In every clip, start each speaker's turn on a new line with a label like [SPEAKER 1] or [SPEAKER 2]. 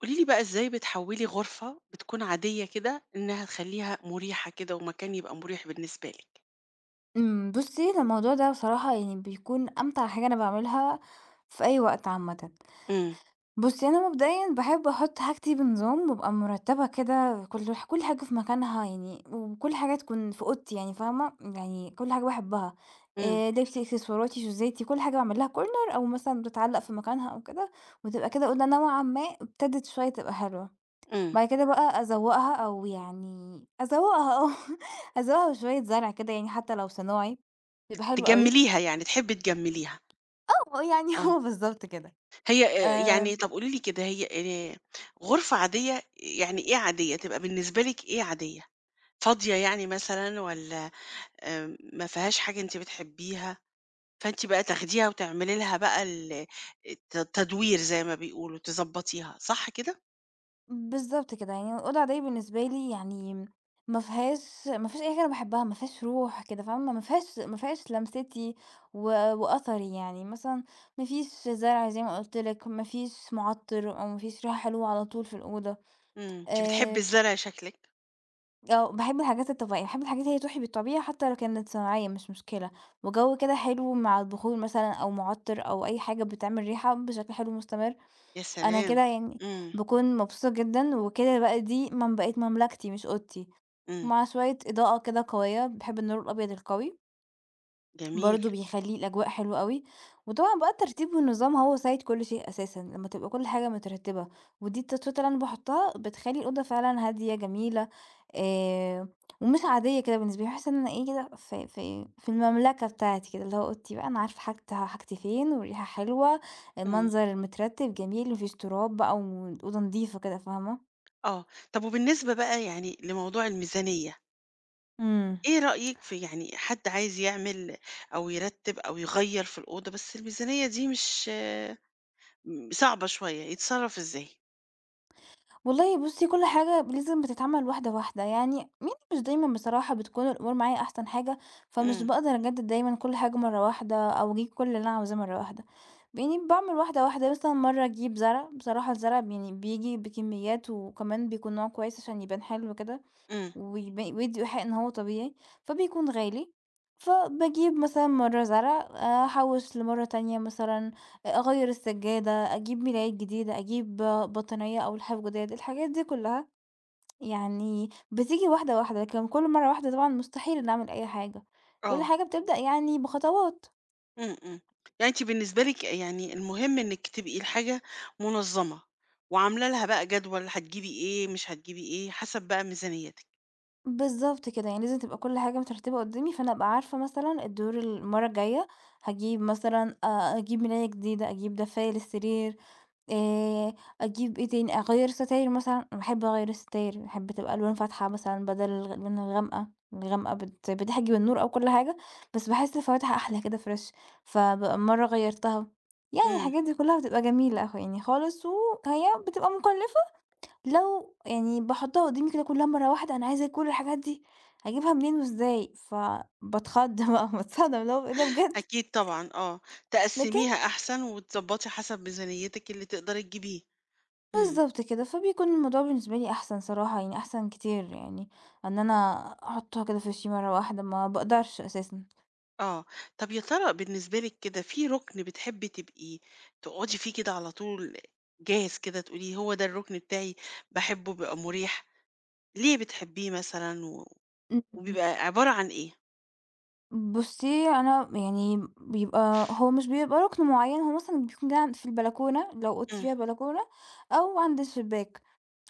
[SPEAKER 1] قولي لي بقى إزاي بتحوّلي غرفة بتكون عادية كده، إنها تخلّيها مُريحة كده ومكان يبقى مُريح بالنسبة لِك؟
[SPEAKER 2] بُصّي، أنا الموضوع ده بصراحة يعني بيكون أمتع حاجة أنا باعملها في أي وقت عامةً.
[SPEAKER 1] إمم،
[SPEAKER 2] بُصّي، أنا مبدئيًا باحب أحُط حاجتي بنظام وأبقى مرتّبة كده كل حاجة في مكانها يعني وكل حاجة تكون في أوضتي يعني فاهمة، يعني كل حاجة باحبها
[SPEAKER 1] إمم،
[SPEAKER 2] لبسي، إكسسواراتي، شوزاتي، كل حاجة باعمل لها corner أو مثلًا بتتعلق في مكانها أو كده، وتبقى كده أوضة نوعًا ما ابتدت شوية تبقى حلوة.
[SPEAKER 1] إمم،
[SPEAKER 2] بعد كده بقى أزوّقها أو يعني أزوّقها آه، أزوّقها بشوية زرع كده يعني حتى لو صناعي، بيبقى حلو أوي.
[SPEAKER 1] تجمّليها يعني، تحبّي تجمّليها،
[SPEAKER 2] آه، يعني
[SPEAKER 1] آه،
[SPEAKER 2] هو بالضبط كده.
[SPEAKER 1] هي يعني
[SPEAKER 2] آآ
[SPEAKER 1] طَب قولي لي كده هي آآ غرفة عادية يعني إيه عادية، تبقى بالنسبة لِك إيه عادية؟ فاضية يعني مثلًا والّا ما فيهاش حاجة أنتِ بتحبّيها، فأنتِ بقى تاخديها وتعملي لها بقى ال تدوير زي ما بيقولوا، تضبّطيها، صح كده؟
[SPEAKER 2] بالضبط كده، يعني الأوضة العادية بالنسبة لي يعني ما فيهاش أي حاجة أنا باحبها، ما فيهاش روح كده فاهمة، ما فيهاش لمستي و وأثري يعني، مثلًا ما فيش زرع زي ما قُلت لك، ما فيش مُعطِّر أو ما فيش ريحة حلوة على طول في الأوضة،
[SPEAKER 1] إمم، أنتِ بتحبّي
[SPEAKER 2] آآ
[SPEAKER 1] الزرع شكلِك.
[SPEAKER 2] آه، باحب الحاجات الطبيعية، باحب الحاجات اللي هي تُحيي بالطبيعة حتى لو كانت صناعية مش مشكلة، وجو كده حلو مع البخور مثلًا أو معطر أو أي حاجة بتعمل ريحة بشكل حلو مستمر،
[SPEAKER 1] يا
[SPEAKER 2] أنا
[SPEAKER 1] سلام!
[SPEAKER 2] كده يعني
[SPEAKER 1] إمم،
[SPEAKER 2] باكون مبسوطة جدًا، وكده بقى دي من بقت مملكتي مش أوضتي،
[SPEAKER 1] إمم،
[SPEAKER 2] مع شوية إضاءة كده قوية، باحب النور الأبيض القوي.
[SPEAKER 1] جميل،
[SPEAKER 2] برضه بيخلّي الأجواء حلوة أوي، وطبعًا بقى الترتيب والنظام هو سيد كل شيء أساسًا، لمّا تبقى كل حاجة مترتبة، ودي التاتشات اللي أنا باحطها بتخلّي الأوضة فعلًا هادية جميلة، آآ، ومش عادية كده بالنسبة لي، باحس إن أنا إيه كده في المملكة بتاعتي كده، اللي هو أوضتي بقى أنا عارفة حاجتي فين، والريحة حلوة،
[SPEAKER 1] إمم،
[SPEAKER 2] المنظر مترتب جميل، ما فيش تراب بقى، والأوضة نضيفة كده، فاهمة؟
[SPEAKER 1] آه، طب وبالنسبة بقى يعني لموضوع الميزانية،
[SPEAKER 2] إمم.
[SPEAKER 1] إيه رأيك في يعني حد عايز يعمل أو يرتّب أو يغيّر في الأوضة بس الميزانية دي مش آه، صعبة شوية، يتصرّف إزاي؟
[SPEAKER 2] والله بُصّي، كل حاجة لازم بتتعمل واحدة، واحدة. يعني مش دايمًا بصراحة بتكون الأمور معايا أحسن حاجة، فمش
[SPEAKER 1] إمم،
[SPEAKER 2] باقدر أجدد دايمًا كل حاجة مرّة واحدة أو أجيب كل اللي أنا عاوزاه مرّة واحدة. يعني باعمل واحدة، واحدة، مثلًا مرّة أجيب زرع، بصراحة الزرع يعني بييجي بكميات وكمان بيكون نوع كويس عشان يبان حلو كده.
[SPEAKER 1] إمم،
[SPEAKER 2] ويدّوا إيحاء إن هو طبيعي، فبيكون غالي، فباجيب مثلًا مرّة زرع، أحوّش لمرّة تانية مثلًا أغيّر السجّادة، أجيب ملايات جديدة، أجيب بطانية أو لحاف جداد، الحاجات دي كلّها يعني بتيجي واحدة، واحدة، لكن كل مرّة واحدة طبعًا مستحيل إنّي أعمل أي حاجة، كل
[SPEAKER 1] آه،
[SPEAKER 2] حاجة بتبدأ يعني بخطوات.
[SPEAKER 1] إمم، إمم، يعني أنتِ بالنسبة لِك يعني المهم إنِّك تبقي الحاجة منظّمة وعاملة لها بقى جدول هتجيبي إيه، مش هتجيبي إيه، حسب بقى ميزانيتِك،
[SPEAKER 2] بالضبط كده، يعني لازم تبقى كل حاجة مترتِّبة قدّامي، فأنا أبقى عارفة مثلًا الدور المرّة الجاية هاجيب مثلًا أجيب ملاية جديدة، أجيب دفاية للسرير، آآ أجيب إيه تاني، أغيّر ستاير مثلًا، أنا باحب أغيّر الستاير، باحب تبقى ألوان فاتحة مثلًا بدل الألوان الغامقة، الغامقة بتحجب النور أو كل حاجة، بس باحس الفواتح أحلى كده fresh فبقى مرّة غيّرتها، يعني
[SPEAKER 1] إمم.
[SPEAKER 2] الحاجات دي كلّها بتبقى جميلة يعني خالص، وهي بتبقى مكلّفة لو يعني باحطّها قدّامي كده كلّها مرّة واحدة أنا عايزة كل الحاجات دي، هاجيبها منين وإزاي؟ فباتخض بقى باتصدم اللي هو إيه ده بجد؟!
[SPEAKER 1] أكيد طبعًا آه،
[SPEAKER 2] لكن
[SPEAKER 1] تقسّميها أحسن وتضبّطي حسب ميزانيتِك اللي تقدري تجيبيه، إمم،
[SPEAKER 2] بالضبط كده، فبيكون الموضوع بالنسبة لي أحسن صراحة، يعني أحسن كتير يعني إن أنا أحطها كده في وشي مرة واحدة، ما باقدرش أساسًا.
[SPEAKER 1] آه. طَب يا ترى بالنسبة لِك كده في رُكن بتحبّي تبقي تقعدي فيه كده على طول جاهز كده تقولي هو ده الرُكن بتاعي باحبّه بيبقى مريح، ليه بتحبّيه مثلًا و
[SPEAKER 2] إمم،
[SPEAKER 1] وبيبقى عبارة عن إيه؟
[SPEAKER 2] بُصّي أنا يعني بيبقى هو مش بيبقى ركن معيّن، هو مثلًا بيكون جاي عن في البلكونة لو أوضتي
[SPEAKER 1] إمم،
[SPEAKER 2] فيها بلكونة أو عند الشباك،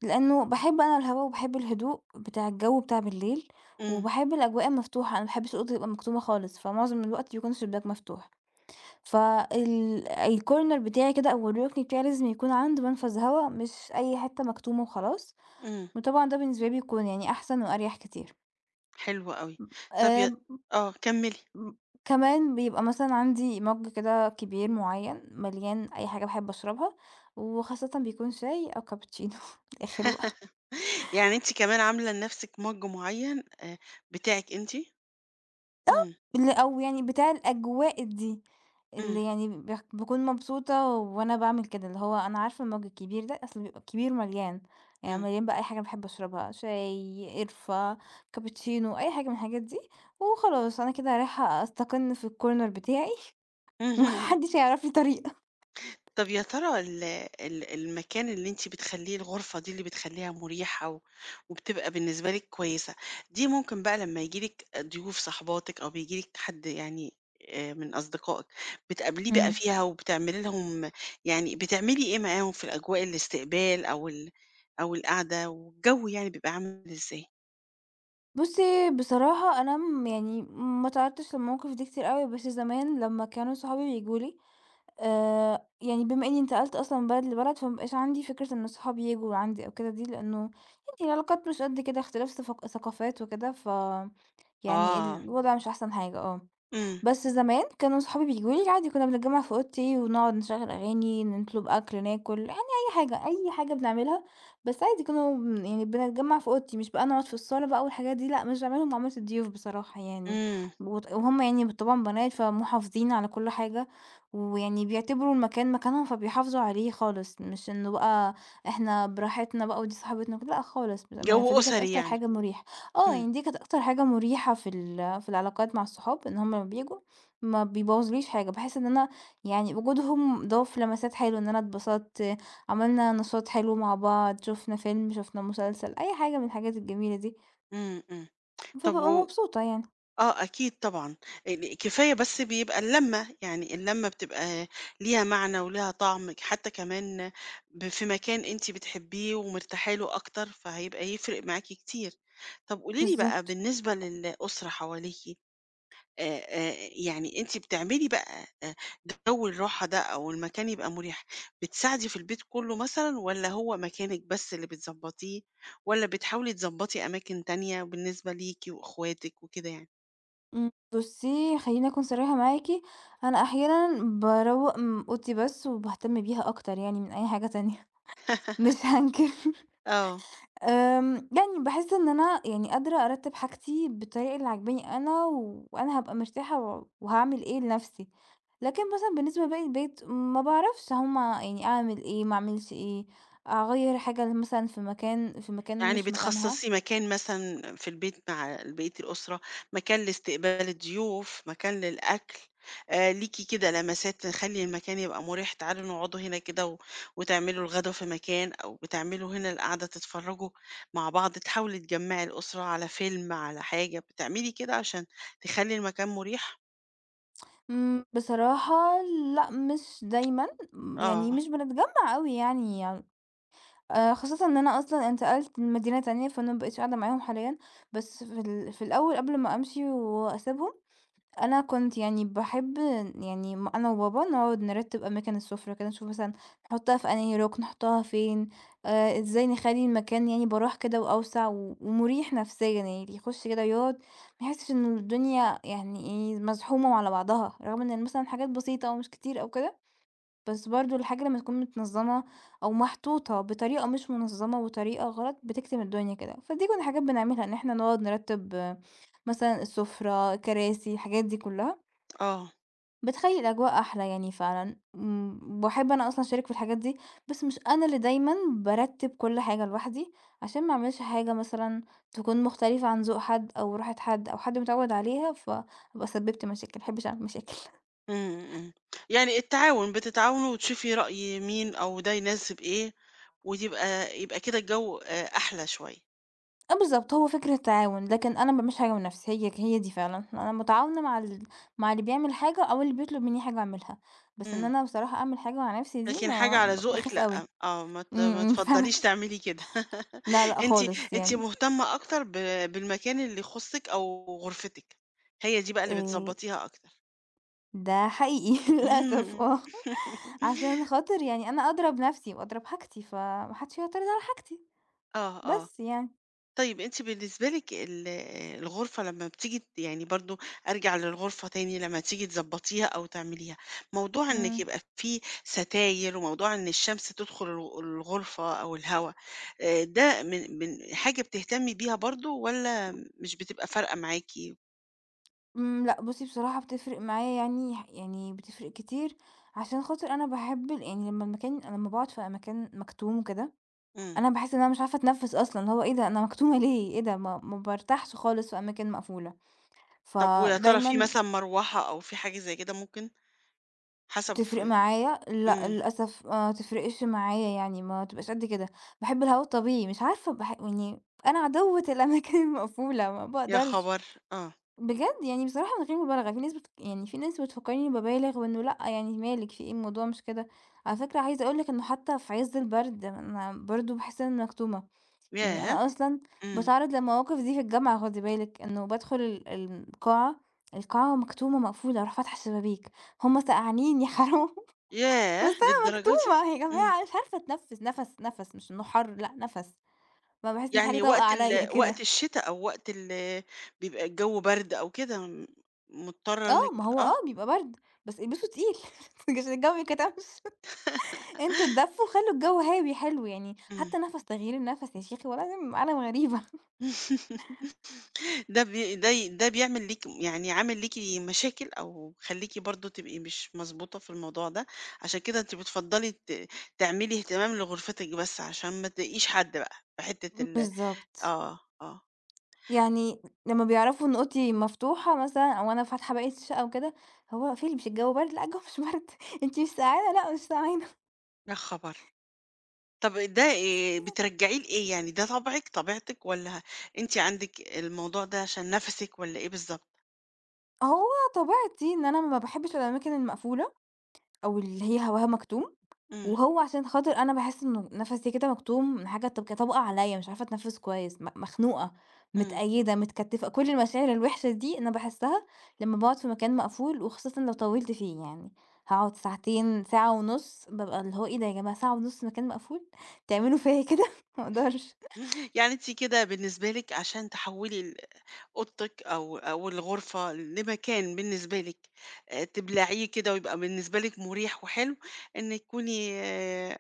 [SPEAKER 2] لإنه باحب أنا الهوا وباحب الهدوء بتاع الجو بتاع بالليل،
[SPEAKER 1] إمم،
[SPEAKER 2] وباحب الأجواء المفتوحة، أنا ما باحبش الأوضة تبقى مكتومة خالص، فمعظم الوقت بيكون الشباك مفتوح. الcorner بتاعي كده أو الركن بتاعي لازم يكون عند منفذ هوا، مش أي حتّة مكتومة وخلاص،
[SPEAKER 1] إمم،
[SPEAKER 2] وطبعًا ده بالنسبة لي بيكون يعني أحسن وأريح كتير.
[SPEAKER 1] حلو أوي. طَب ي
[SPEAKER 2] آمم،
[SPEAKER 1] آه، كمّلي.
[SPEAKER 2] كمان بيبقى مثلًا عندي مَج كده كبير معيّن مليان أي حاجة باحب أشربها، وخاصةً بيكون شاي أو كابتشينو، من الآخر بقى.
[SPEAKER 1] يعني أنتِ كمان عاملة لنَفْسِك مَج معيّن بتاعِك أنتِ؟ إمم،
[SPEAKER 2] اللي أو يعني بتاع الأجواء دي،
[SPEAKER 1] إمم،
[SPEAKER 2] اللي يعني باكون مبسوطة وأنا باعمل كده، اللي هو أنا عارفة المَج الكبير ده أصل بيبقى كبير مليان، يعني
[SPEAKER 1] إمم.
[SPEAKER 2] مليان بقى أي حاجة باحب أشربها، شاي، قرفة، كابتشينو، أي حاجة من الحاجات دي، وخلاص أنا كده رايحة أستقِل في الcorner بتاعي وما
[SPEAKER 1] اهم.
[SPEAKER 2] حدش هيعرف لي طريقة.
[SPEAKER 1] طب يا ترى ال المكان اللي أنتِ بتخلّيه الغرفة دي اللي بتخلّيها مريحة و وبتبقى بالنسبة لِك كويسة، دي ممكن بقى لمّا ييجي لِك ضيوف صاحباتِك أو بييجي لِك حد يعني من أصدقائِك، بتقابليه بقى
[SPEAKER 2] إمم.
[SPEAKER 1] فيها وبتعملي لهم يعني بتعملي إيه معاهم في الأجواء الاستقبال أو ال أو القعدة والجو يعني بيبقى عامل إزاي؟
[SPEAKER 2] بُصّي، بصراحة أنا يعني ما اتعرّضتش للمواقف دي كتير أوي، بس زمان لمّا كانوا صحابي بييجوا لي يعني بما إنّي انتقلت أصلًا من بلد لبلد، فما بقاش عندي فكرة إن صحابي ييجوا عندي أو كده دي، لإنه يعني العلاقات مش قد كده، اختلاف ثقافات وكده، يعني
[SPEAKER 1] آه.
[SPEAKER 2] الوضع مش أحسن حاجة.
[SPEAKER 1] إمم،
[SPEAKER 2] بس زمان كانوا صحابي بييجوا لي عادي كنا بنتجمّع في أوضتي ونقعد نشغّل أغاني، نطلب أكل، ناكل، يعني أي حاجة، أي حاجة بنعملها، بس عادي كانوا يعني بنتجمّع في أوضتي، مش بقى نقعد في الصالة بقى والحاجات دي لأ، مش باعملهم معاملة الضيوف بصراحة يعني،
[SPEAKER 1] إمم.
[SPEAKER 2] وهُم يعني طبعًا بنات فمُحافظين على كل حاجة، ويعني بيعتبروا المكان مكانهم فبيحافظوا عليه خالص، مش إنه بقى إحنا براحتنا بقى ودي صاحبتنا وكده، لأ خالص بأمانة،
[SPEAKER 1] جو
[SPEAKER 2] فدي كانت
[SPEAKER 1] أسري
[SPEAKER 2] أكتر
[SPEAKER 1] يعني.
[SPEAKER 2] حاجة مُريحة. آه،
[SPEAKER 1] إمم،
[SPEAKER 2] يعني دي كانت أكتر حاجة مُريحة في العلاقات مع الصحاب، إن هُم لمّا بييجوا ما بيبوّظوليش حاجة، باحس إن أنا يعني وجودهم ضاف لمسات حلوة، إن أنا اتبسطت، عملنا نشاط حلو مع بعض، شُفنا فيلم، شُفنا مسلسل، أي حاجة من الحاجات الجميلة دي،
[SPEAKER 1] إمم، إمم. طب
[SPEAKER 2] فبابقى
[SPEAKER 1] و
[SPEAKER 2] مبسوطة يعني.
[SPEAKER 1] آه أكيد طبعًا، ال كفاية بس بيبقى اللمة، يعني اللمة بتبقى ليها معنى وليها طعم، حتى كمان ب في مكان أنتِ بتحبيه ومرتاحة له أكتر، فهيبقى يفرق معاكِ كتير. طب قولي لي بقى
[SPEAKER 2] بالضبط.
[SPEAKER 1] بالنسبة للأسرة حواليكِ، يعني أنتِ بتعملي بقى جو الراحة ده أو المكان يبقى مريح، بتساعدي في البيت كله مثلًا والّا هو مكانِك بس اللي بتضبّطيه والّا بتحاولي تضبّطي أماكن تانية بالنسبة ليكِ وأخواتِك وكده يعني؟
[SPEAKER 2] بُصّي خلّيني أكون صريحة معاكِ، أنا أحيانًا باروّق أوضتي بس وباهتم بيها أكتر يعني من أي حاجة تانية، مش هانكر.
[SPEAKER 1] آه،
[SPEAKER 2] يعني باحس إن أنا يعني قادرة أرتّب حاجتي بالطريقة اللي عاجباني أنا، وأنا هابقى مرتاحة وهاعمل إيه لنفسي، لكن مثلًا بالنسبة لباقي البيت ما باعرفش هُم يعني أعمل إيه، ما أعملش إيه، أغيّر حاجة ل مثلًا في مكان
[SPEAKER 1] يعني
[SPEAKER 2] مش مكانها،
[SPEAKER 1] بتخصصي مكان مثلًا في البيت مع بقية الأسرة، مكان لاستقبال الضيوف، مكان للأكل، ليكِ كده لمسات تخلّي المكان يبقى مريح، تعالوا نقعدوا هنا كده و وتعملوا الغدا في مكان، أو بتعملوا هنا القعدة تتفرّجوا مع بعض، تحاولي تجمّعي الأسرة على فيلم، على حاجة، بتعملي كده عشان تخلّي المكان مريح؟
[SPEAKER 2] بصراحة لأ، مش دايمًا، يعني
[SPEAKER 1] آه،
[SPEAKER 2] مش بنتجمّع أوي يعني خاصةً إن أنا أصلًا انتقلت لمدينة تانية، فأنا ما بقيتش قاعدة معاهم حاليًا، بس في الأول قبل ما أمشي وأسيبهم أنا كنت يعني باحب يعني أنا وبابا نقعد نرتّب أماكن السُفرة كده، نشوف مثلًا نحطّها في أنهي رُكن، نحطّها فين، إزاي نخلّي المكان يعني براح كده وأوسع ومُريح نفسيًا، يعني اللي يخُش كده يقعد ما يحسّش إن الدنيا يعني إيه، مزحومة وعلى بعضها، رغم إن مثلًا حاجات بسيطة أو مش كتير أو كده، بس برضه الحاجة لمّا تكون متنظّمة أو محطوطة بطريقة مش منظّمة وطريقة غلط بتكتم الدنيا كده، فدي كُنّا حاجات بنعملها إن إحنا نقعد نرتّب مثلًا السُفرة، الكراسي، الحاجات دي كُلّها.
[SPEAKER 1] آه،
[SPEAKER 2] بتخلّي الأجواء أحلى يعني فعلًا، باحب أنا أصلًا أشارك في الحاجات دي، بس مش أنا اللي دايمًا بارتّب كل حاجة لوحدي، عشان ما أعملش حاجة مثلًا تكون مختلفة عن ذوق حد أو راحة حد أو حد متعوّد عليها، فأبقى سبّبت مشاكل، ما أحبش أعمل مشاكل.
[SPEAKER 1] إمم. يعني التعاون، بتتعاونوا وتشوفي رأي مين أو ده يناسب إيه وتبقى يبقى كده الجو أحلى شوية.
[SPEAKER 2] آه بالضبط، هو فكرة تعاون، لكن أنا ما باعملش حاجة من نفسي، هي دي فعلًا، أنا متعاونة مع اللي بيعمل حاجة أو اللي بيطلب منّي حاجة أعملها، بس إن
[SPEAKER 1] إمم.
[SPEAKER 2] أنا بصراحة أعمل حاجة مع نفسي دي
[SPEAKER 1] لكن حاجة
[SPEAKER 2] ما
[SPEAKER 1] على ذوقِك
[SPEAKER 2] باخاف
[SPEAKER 1] لأ،
[SPEAKER 2] أوي.
[SPEAKER 1] آه، ما
[SPEAKER 2] فعلًا،
[SPEAKER 1] تفضّليش تعملي كده.
[SPEAKER 2] لا، لأ
[SPEAKER 1] أنتِ
[SPEAKER 2] خالص
[SPEAKER 1] أنتِ
[SPEAKER 2] يعني،
[SPEAKER 1] مهتمة أكتر بالمكان اللي يخُصِّك أو غرفتِك، هي دي بقى اللي
[SPEAKER 2] آآ
[SPEAKER 1] بتضبّطيها أكتر.
[SPEAKER 2] ده حقيقي للأسف عشان خاطر يعني أنا أدرى بنفسي وأدرى بحاجتي، فما حدش هيعترض على حاجتي،
[SPEAKER 1] آه، آه.
[SPEAKER 2] بس يعني.
[SPEAKER 1] طيب أنتِ بالنسبة لِك ال الغرفة لمّا بتيجي ت يعني برضه أرجع للغرفة تاني، لمّا تيجي تضبّطيها أو تعمليها، موضوع إنِّك
[SPEAKER 2] إمم.
[SPEAKER 1] يبقى في ستاير وموضوع إن الشمس تدخل الغرفة أو الهوا، ده من حاجة بتهتمي بيها برضه والّا مش بتبقى فارقة معاكِ؟
[SPEAKER 2] إمم، لأ بُصّي بصراحة بتفرق معايا يعني بتفرق كتير، عشان خاطر أنا باحب يعني لمّا باقعد في مكان مكتوم وكده،
[SPEAKER 1] إمم.
[SPEAKER 2] أنا باحس إن أنا مش عارفة أتنفّس أصلًا، اللي هو إيه ده أنا مكتومة ليه؟ إيه ده ما بارتاحش خالص في أماكن مقفولة،
[SPEAKER 1] طب ويا ترى في
[SPEAKER 2] فدايمًا
[SPEAKER 1] مثلًا مروحة أو في حاجة زي كده ممكن؟ حسب ف
[SPEAKER 2] تفرق معايا؟ لأ،
[SPEAKER 1] إمم.
[SPEAKER 2] للأسف ما تفرقش معايا يعني ما تبقاش قد كده، باحب الهوا الطبيعي مش عارفة يعني أنا عدوّة الأماكن المقفولة ما
[SPEAKER 1] يا
[SPEAKER 2] باقدرش
[SPEAKER 1] خبر! آه.
[SPEAKER 2] بجد يعني بصراحة من غير مبالغة، في ناس بتفكّرني إني بابالغ وإنه لأ يعني مالِك في إيه الموضوع مش كده، على فكرة عايزة أقول لِك إنه حتى في عِز البرد أنا برضه باحس إن أنا مكتومة، يعني
[SPEAKER 1] ياه!
[SPEAKER 2] أنا أصلًا
[SPEAKER 1] إمم.
[SPEAKER 2] باتعرّض للمواقف دي في الجامعة خدي بالِك، إنه بادخل القاعة، القاعة مكتومة مقفولة، أروح فاتحة الشبابيك، هُم سقعانين يا حرام. بس
[SPEAKER 1] ياه!
[SPEAKER 2] أنا
[SPEAKER 1] للدرجة دي!
[SPEAKER 2] مكتومة يا
[SPEAKER 1] إمم.
[SPEAKER 2] جماعة مش عارفة أتنفّس، نَفَس نَفَس مش إنه حَر لأ نَفَس، ما باحس إن في حاجة
[SPEAKER 1] يعني
[SPEAKER 2] طابقة عليّا
[SPEAKER 1] وقت
[SPEAKER 2] كده.
[SPEAKER 1] الشتا أو وقت ال بيبقى الجو برد أو كده مضطرة
[SPEAKER 2] آه،
[SPEAKER 1] إنِّك
[SPEAKER 2] ما هو
[SPEAKER 1] آه.
[SPEAKER 2] بيبقى برد، بس البسوا تقيل عشان الجو ما يتكتمش. أنتم اتدفّوا وخلّوا الجو هاوي حلو يعني،
[SPEAKER 1] إمم.
[SPEAKER 2] حتى نَفَس تغيير النَفَس يا شيخي والله العظيم عالم غريبة.
[SPEAKER 1] ده بي ده ي ده بيعمل ليكِ يعني عامل ليكِ مشاكل أو مخلّيكِ برضه تبقي مش مضبوطة في الموضوع ده، عشان كده أنتِ بتفضّلي ت تعملي اهتمام لغرفتِك بس عشان ما تضايقيش حد بقى في حتة ال
[SPEAKER 2] بالضبط.
[SPEAKER 1] آه، آه.
[SPEAKER 2] يعني لمّا بيعرفوا إن أوضتي مفتوحة مثلًا أو أنا فاتحة باقي الشقة وكده، هو في اللي مش الجو بارد؟ لأ الجو مش بارد. أنتِ مش سقعانة؟ لأ مش سقعانة.
[SPEAKER 1] يا خبر! طب ده بترجّعيه لإيه يعني، ده طبعِك، طبيعتِك والّا أنتِ عندِك الموضوع ده عشان نَفَسِك والّا إيه بالضبط؟
[SPEAKER 2] هو طبيعتي إن أنا ما باحبّش الأماكن المقفولة. أو اللي هي هواها مكتوم،
[SPEAKER 1] إمم،
[SPEAKER 2] وهو عشان خاطر أنا باحس إنه نَفَسي كده مكتوم من حاجة طابقة عليّا، مش عارفة أتنفّس كويس، مخنوقة،
[SPEAKER 1] إمم.
[SPEAKER 2] متقيّدة، متكتّفة، كل المشاعر الوحشة دي أنا باحسّها لمّا باقعد في مكان مقفول، وخاصةً لو طوّلت فيه يعني، هاقعد ساعتين، ساعة ونُص، بابقى اللي هو إيه ده يا جماعة ساعة ونُص مكان مقفول! تعملوا فيّا إيه كده! ما أقدرش.
[SPEAKER 1] يعني أنتِ كده بالنسبة لِك عشان تحوّلي ال أوضتِك أو أو الغرفة لمكان بالنسبة لِك تبلعيه كده ويبقى بالنسبة لِك مُريح وحلو، إنِّك تكوني آه،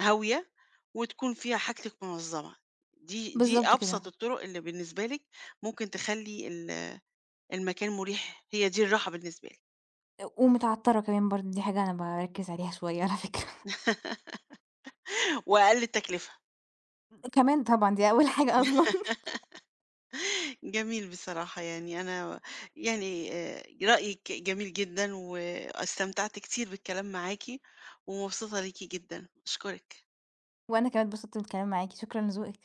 [SPEAKER 1] هاوية وتكون فيها حاجتِك منظّمة. دي
[SPEAKER 2] بالضبط
[SPEAKER 1] أبسط
[SPEAKER 2] كده،
[SPEAKER 1] الطُرق اللي بالنسبة لِك ممكن تخلّي ال المكان مُريح، هي دي الراحة بالنسبة لِك.
[SPEAKER 2] ومتعطّرة كمان برضه دي حاجة أنا باركّز عليها شوية على فكرة،
[SPEAKER 1] وأقل التكلفة.
[SPEAKER 2] كمان طبعًا دي أول حاجة أصلًا،
[SPEAKER 1] جميل بصراحة يعني أنا يعني رأيِك جميل جدًا، واستمتعت كتير بالكلام معاكِ، ومبسوطة ليكِ جدًا، أشكرِك.
[SPEAKER 2] وأنا كمان اتبسطت من الكلام معاكِ، شكرًا لذوقِك.